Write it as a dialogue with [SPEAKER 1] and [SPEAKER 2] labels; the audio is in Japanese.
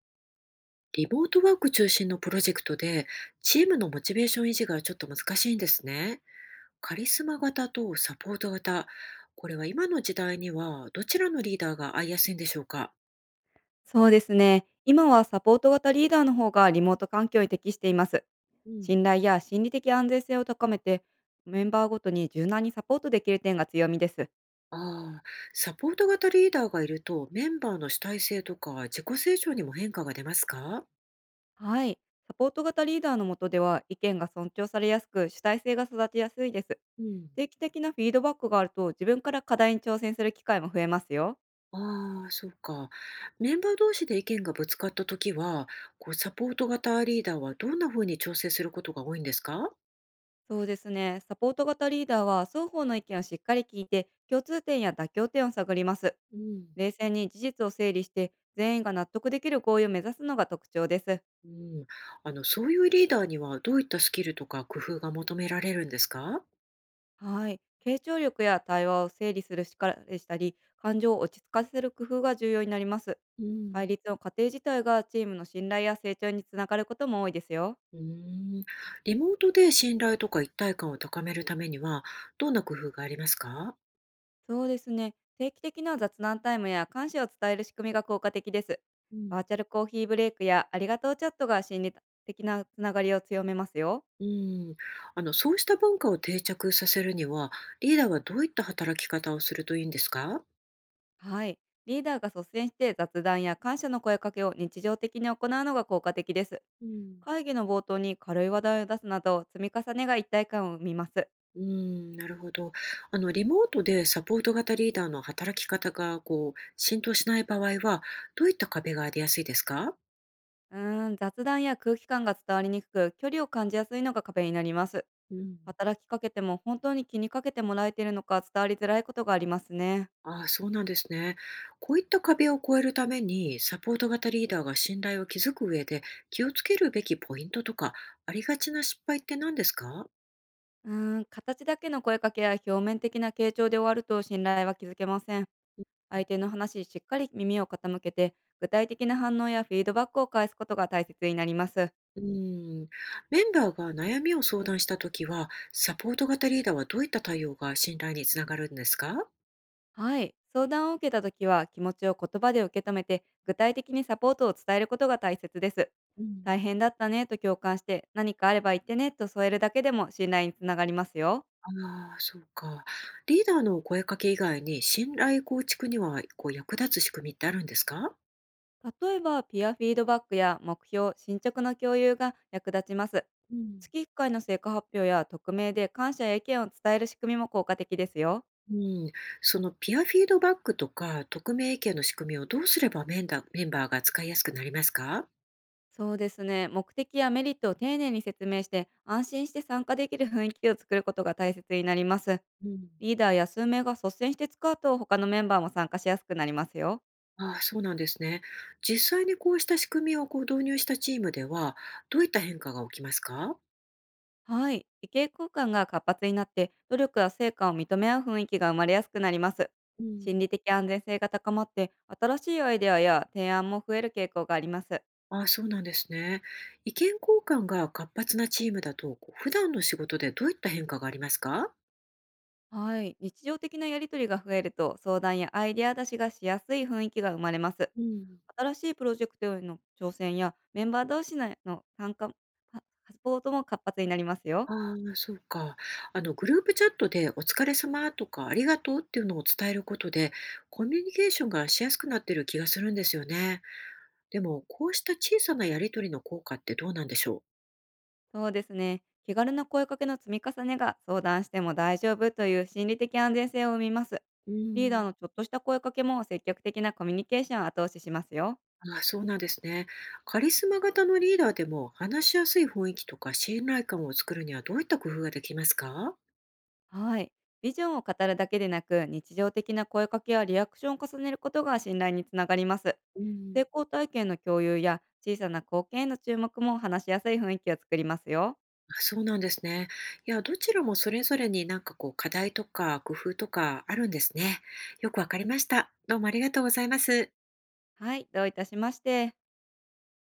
[SPEAKER 1] リモートワーク中心のプロジェクトで、チームのモチベーション維持がちょっと難しいんですね。カリスマ型とサポート型。これは今の時代にはどちらのリーダーが合いやすいんでしょうか。
[SPEAKER 2] そうですね。今はサポート型リーダーの方がリモート環境に適しています。
[SPEAKER 1] うん。
[SPEAKER 2] 信頼や心理的安全性を高めて、メンバーごとに柔軟にサポートできる点が強みです。
[SPEAKER 1] ああ、サポート型リーダーがいるとメンバーの主体性とか自己成長にも変化が出ますか。
[SPEAKER 2] はい。サポート型リーダーの下では意見が尊重されやすく、主体性が育ちやすいです。
[SPEAKER 1] うん。
[SPEAKER 2] 定期的なフィードバックがあると、自分から課題に挑戦する機会も増えますよ。
[SPEAKER 1] ああ、そうか。メンバー同士で意見がぶつかったときは、こうサポート型リーダーはどんなふうに調整することが多いんですか。
[SPEAKER 2] そうですね。サポート型リーダーは双方の意見をしっかり聞いて、共通点や妥協点を探ります。
[SPEAKER 1] うん。
[SPEAKER 2] 冷静に事実を整理して全員が納得できる合意を目指すのが特徴です。
[SPEAKER 1] うん、そういうリーダーにはどういったスキルとか工夫が求められるんですか？
[SPEAKER 2] はい。傾聴力や対話を整理する力でしたり、感情を落ち着かせる工夫が重要になります。
[SPEAKER 1] う
[SPEAKER 2] 対
[SPEAKER 1] ん、
[SPEAKER 2] 立の過程自体がチームの信頼や成長につながることも多いですよ。
[SPEAKER 1] うーん、リモートで信頼とか一体感を高めるためには、どんな工夫がありますか？
[SPEAKER 2] そうですね。定期的な雑談タイムや感謝を伝える仕組みが効果的です。
[SPEAKER 1] うん、
[SPEAKER 2] バーチャルコーヒーブレイクやありがとうチャットが心理的なつながりを強めますよ。
[SPEAKER 1] うん、そうした文化を定着させるには、リーダーはどういった働き方をするといいんですか？
[SPEAKER 2] はい。リーダーが率先して雑談や感謝の声かけを日常的に行うのが効果的です。
[SPEAKER 1] うん、
[SPEAKER 2] 会議の冒頭に軽い話題を出すなど、積み重ねが一体感を生みます。
[SPEAKER 1] うん、なるほど。リモートでサポート型リーダーの働き方がこう浸透しない場合は、どういった壁が出やすいですか？
[SPEAKER 2] うーん、雑談や空気感が伝わりにくく、距離を感じやすいのが壁になります。
[SPEAKER 1] うん。
[SPEAKER 2] 働きかけても本当に気にかけてもらえているのか伝わりづらいことがありますね。
[SPEAKER 1] ああ、そうなんですね。こういった壁を越えるために、サポート型リーダーが信頼を築く上で気をつけるべきポイントとか、ありがちな失敗って何ですか。
[SPEAKER 2] うーん、形だけの声かけや表面的な傾聴で終わると信頼は築けません。相手の話にしっかり耳を傾けて、具体的な反応やフィードバックを返すことが大切になります。
[SPEAKER 1] うん、メンバーが悩みを相談したときは、サポート型リーダーはどういった対応が信頼につながるんですか。
[SPEAKER 2] はい。相談を受けたときは、気持ちを言葉で受け止めて、具体的にサポートを伝えることが大切です。
[SPEAKER 1] うん。
[SPEAKER 2] 大変だったねと共感して、何かあれば言ってねと添えるだけでも信頼につながりますよ。
[SPEAKER 1] ああ、そうか。リーダーの声かけ以外に信頼構築にはこう役立つ仕組みってあるんですか。
[SPEAKER 2] 例えば、ピアフィードバックや目標、進捗の共有が役立ちます。
[SPEAKER 1] うん。
[SPEAKER 2] 月1回の成果発表や匿名で感謝や意見を伝える仕組みも効果的ですよ。
[SPEAKER 1] うん、そのピアフィードバックとか匿名意見の仕組みをどうすればメンダメンバーが使いやすくなりますか。
[SPEAKER 2] そうですね。目的やメリットを丁寧に説明して、安心して参加できる雰囲気を作ることが大切になります。
[SPEAKER 1] うん、
[SPEAKER 2] リーダーや数名が率先して使うと、他のメンバーも参加しやすくなりますよ。
[SPEAKER 1] ああ、そうなんですね。実際にこうした仕組みをこう導入したチームでは、どういった変化が起きますか。
[SPEAKER 2] はい。意見交換が活発になって、努力や成果を認め合う雰囲気が生まれやすくなります。
[SPEAKER 1] う
[SPEAKER 2] 心
[SPEAKER 1] ん、
[SPEAKER 2] 理的安全性が高まって、新しいアイデアや提案も増える傾向があります。
[SPEAKER 1] ああ、そうなんですね。意見交換が活発なチームだと、こう普段の仕事でどういった変化がありますか。
[SPEAKER 2] はい。日常的なやりとりが増えると、相談やアイデア出しがしやすい雰囲気が生まれます。
[SPEAKER 1] うん。
[SPEAKER 2] 新しいプロジェクトへの挑戦や、メンバー同士のの参加パサポートも活発になりますよ。
[SPEAKER 1] ああ、そうか。グループチャットでお疲れ様とかありがとうっていうのを伝えることで、コミュニケーションがしやすくなってる気がするんですよね。でも、こうした小さなやりとりの効果ってどうなんでしょ
[SPEAKER 2] そうですね。気軽な声かけの積み重ねが相談しても大丈夫という心理的安全性を生みます。
[SPEAKER 1] う。ん、う
[SPEAKER 2] リーダーのち
[SPEAKER 1] ん。
[SPEAKER 2] ょっとした声かけも積極的なコミュニケーションを後押ししますよ。
[SPEAKER 1] ああ、そうなんですね。カリスマ型のリーダーでも話しやすい雰囲気とか信頼感を作るにはどういった工夫ができますか。
[SPEAKER 2] はい。ビジョンを語るだけでなく、日常的な声かけやリアクションを重ねることが信頼につながります。
[SPEAKER 1] う
[SPEAKER 2] 成
[SPEAKER 1] ん。
[SPEAKER 2] 功体験の共有や小さな貢献への注目も話しやすい雰囲気を作りますよ。
[SPEAKER 1] あ、そうなんですね。いや、どちらもそれぞれになんかこう課題とか工夫とかあるんですね。よくわかりました。どうもありがとうございます。
[SPEAKER 2] はい、どういたしまして。